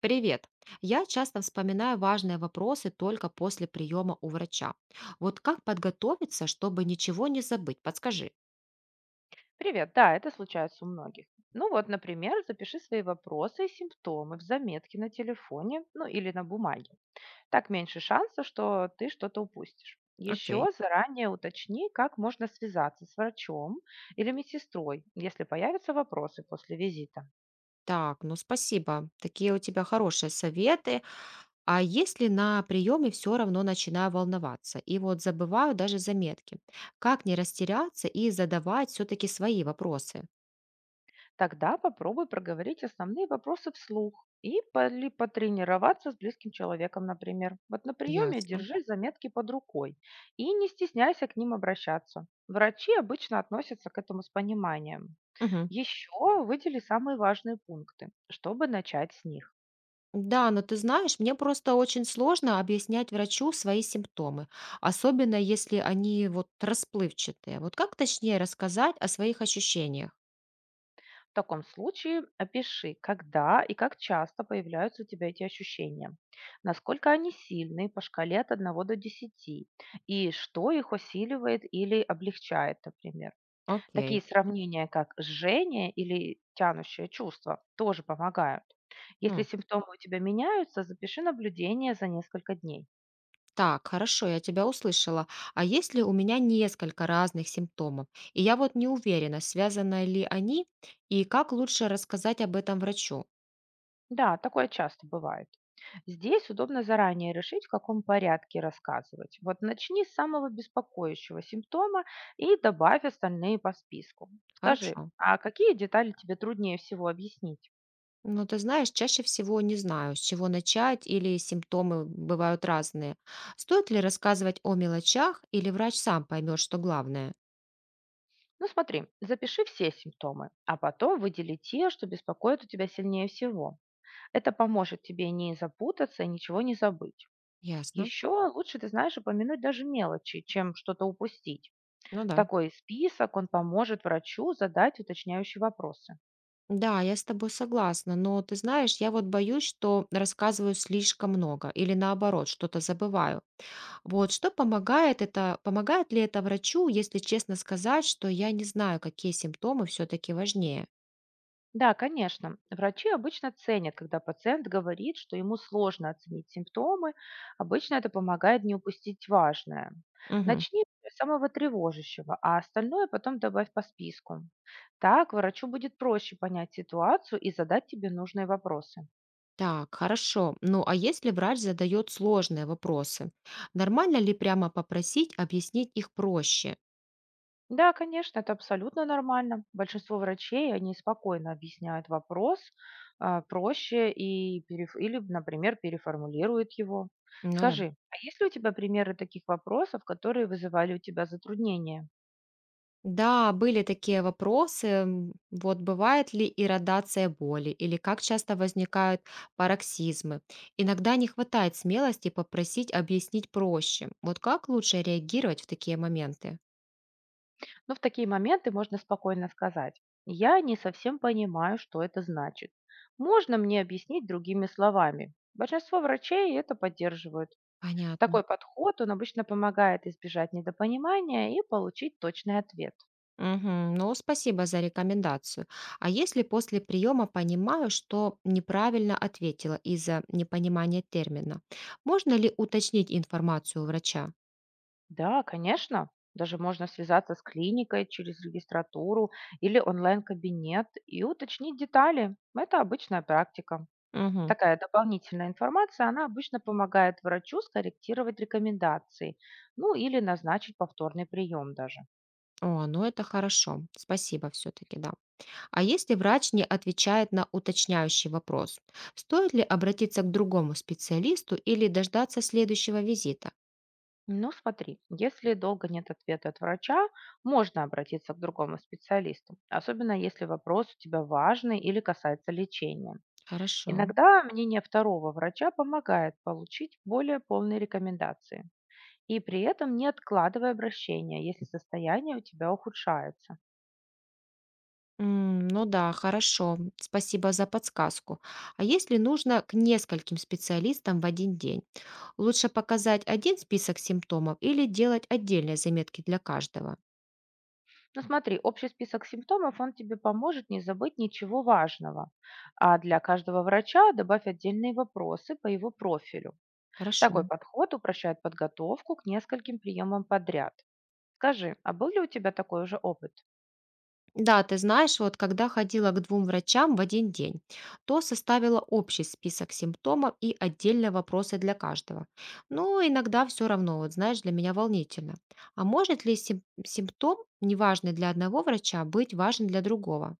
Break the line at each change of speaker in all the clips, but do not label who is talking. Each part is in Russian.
Привет! Я часто вспоминаю важные вопросы только после приема у врача. Вот как подготовиться, чтобы ничего не забыть? Подскажи.
Привет, да, это случается у многих. Ну вот, например, запиши свои вопросы и симптомы в заметке на телефоне, ну или на бумаге. Так меньше шансов, что ты что-то упустишь.
Окей.
Еще заранее уточни, как можно связаться с врачом или медсестрой, если появятся вопросы после визита.
Так, ну спасибо. Такие у тебя хорошие советы. А если на приеме все равно начинаю волноваться и вот забываю даже заметки, как не растеряться и задавать все-таки свои вопросы?
Тогда попробуй проговорить основные вопросы вслух или потренироваться с близким человеком, например. Вот на приеме
Ясно.
держи заметки под рукой и не стесняйся к ним обращаться. Врачи обычно относятся к этому с пониманием.
Мгм.
Еще выдели самые важные пункты, чтобы начать с них.
Да, но ты знаешь, мне просто очень сложно объяснять врачу свои симптомы, особенно если они вот расплывчатые. Вот как точнее рассказать о своих ощущениях?
В таком случае опиши, когда и как часто появляются у тебя эти ощущения, насколько они сильны по шкале от 1 до 10, и что их усиливает или облегчает, например. Такие
Окей.
сравнения, как жжение или тянущее чувство, тоже помогают. Если
М,
симптомы у тебя меняются, запиши наблюдение за несколько дней.
Так, хорошо, я тебя услышала. А если у меня несколько разных симптомов, и я вот не уверена, связаны ли они, и как лучше рассказать об этом врачу?
Да, такое часто бывает. Здесь удобно заранее решить, в каком порядке рассказывать. Вот начни с самого беспокоящего симптома и добавь остальные по списку. Скажи,
Хорошо.
а какие детали тебе труднее всего объяснить?
Ну, ты знаешь, чаще всего не знаю, с чего начать или симптомы бывают разные. Стоит ли рассказывать о мелочах или врач сам поймет, что главное?
Ну смотри, запиши все симптомы, а потом выдели те, что беспокоят у тебя сильнее всего. Это поможет тебе не запутаться и ничего не забыть.
Ясно.
Еще лучше, ты знаешь, упомянуть даже мелочи, чем что-то упустить.
Ну да.
Такой список, он поможет врачу задать уточняющие вопросы.
Да, я с тобой согласна, но ты знаешь, я вот боюсь, что рассказываю слишком много или наоборот, что-то забываю. Вот что помогает это, помогает ли это врачу, если честно сказать, что я не знаю, какие симптомы все-таки важнее?
Да, конечно, врачи обычно ценят, когда пациент говорит, что ему сложно оценить симптомы, обычно это помогает не упустить важное.
Мгм.
Начни с самого тревожащего, а остальное потом добавь по списку. Так врачу будет проще понять ситуацию и задать тебе нужные вопросы.
Так, хорошо. Ну а если врач задает сложные вопросы, нормально ли прямо попросить объяснить их проще?
Да, конечно, это абсолютно нормально. Большинство врачей, они спокойно объясняют вопрос проще и переформулируют его.
Ну да.
Скажи, а есть ли у тебя примеры таких вопросов, которые вызывали у тебя затруднения?
Да, были такие вопросы. Вот бывает ли иродация боли или как часто возникают пароксизмы? Иногда не хватает смелости попросить объяснить проще. Вот как лучше реагировать в такие моменты?
Ну, в такие моменты можно спокойно сказать, я не совсем понимаю, что это значит. Можно мне объяснить другими словами? Большинство врачей это поддерживают. Такой
Понятно.
подход, он обычно помогает избежать недопонимания и получить точный ответ.
Мгм. Ну, спасибо за рекомендацию. А если после приема понимаю, что неправильно ответила из-за непонимания термина, можно ли уточнить информацию у врача?
Да, конечно. Даже можно связаться с клиникой через регистратуру или онлайн-кабинет и уточнить детали. Это обычная практика.
Мгм.
Такая дополнительная информация, она обычно помогает врачу скорректировать рекомендации, ну или назначить повторный прием даже.
О, ну это хорошо. Спасибо все-таки, да. А если врач не отвечает на уточняющий вопрос, стоит ли обратиться к другому специалисту или дождаться следующего визита?
Ну смотри, если долго нет ответа от врача, можно обратиться к другому специалисту, особенно если вопрос у тебя важный или касается лечения.
Хорошо.
Иногда мнение второго врача помогает получить более полные рекомендации. И при этом не откладывай обращение, если состояние у тебя ухудшается.
Ну да, хорошо. Спасибо за подсказку. А если нужно к нескольким специалистам в один день, лучше показать один список симптомов или делать отдельные заметки для каждого?
Но смотри, общий список симптомов, он тебе поможет не забыть ничего важного. А для каждого врача добавь отдельные вопросы по его профилю.
Хорошо.
Такой подход упрощает подготовку к нескольким приемам подряд. Скажи, а был ли у тебя такой уже опыт?
Да, ты знаешь, вот когда ходила к двум врачам в один день, то составила общий список симптомов и отдельные вопросы для каждого. Но иногда все равно, вот знаешь, для меня волнительно. А может ли симптом, неважный для одного врача, быть важен для другого?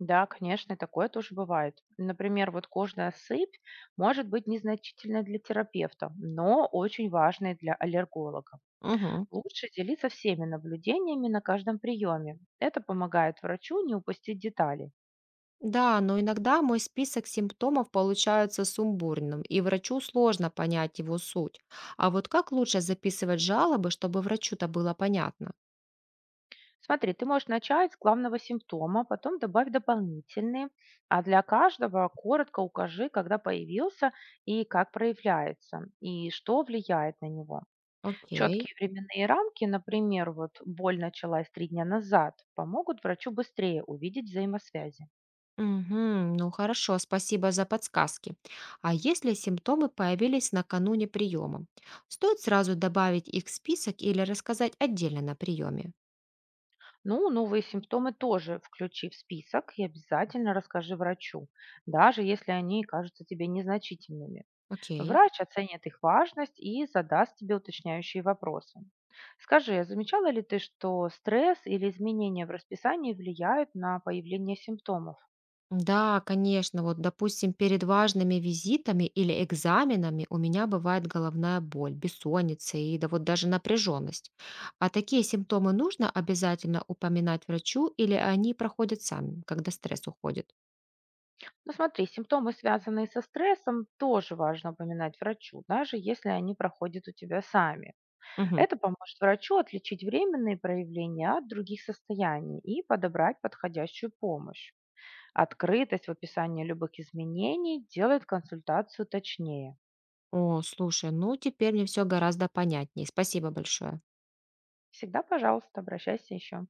Да, конечно, и такое тоже бывает. Например, вот кожная сыпь может быть незначительной для терапевта, но очень важной для аллерголога.
Мгм.
Лучше делиться всеми наблюдениями на каждом приеме. Это помогает врачу не упустить детали.
Да, но иногда мой список симптомов получается сумбурным, и врачу сложно понять его суть. А вот как лучше записывать жалобы, чтобы врачу-то было понятно?
Смотри, ты можешь начать с главного симптома, потом добавь дополнительные, а для каждого коротко укажи, когда появился и как проявляется, и что влияет на него.
Окей.
Четкие временные рамки, например, вот боль началась 3 дня назад, помогут врачу быстрее увидеть взаимосвязи.
Мгм. Ну хорошо, спасибо за подсказки. А если симптомы появились накануне приема, стоит сразу добавить их в список или рассказать отдельно на приеме?
Ну, новые симптомы тоже включи в список и обязательно расскажи врачу, даже если они кажутся тебе незначительными.
Окей.
Врач оценит их важность и задаст тебе уточняющие вопросы. Скажи, а замечала ли ты, что стресс или изменения в расписании влияют на появление симптомов?
Да, конечно. Вот, допустим, перед важными визитами или экзаменами у меня бывает головная боль, бессонница и да вот даже напряженность. А такие симптомы нужно обязательно упоминать врачу или они проходят сами, когда стресс уходит?
Ну смотри, симптомы, связанные со стрессом, тоже важно упоминать врачу, даже если они проходят у тебя сами.
Мгм.
Это поможет врачу отличить временные проявления от других состояний и подобрать подходящую помощь. Открытость в описании любых изменений делает консультацию точнее.
О, слушай, ну теперь мне все гораздо понятнее. Спасибо большое.
Всегда, пожалуйста, обращайся еще.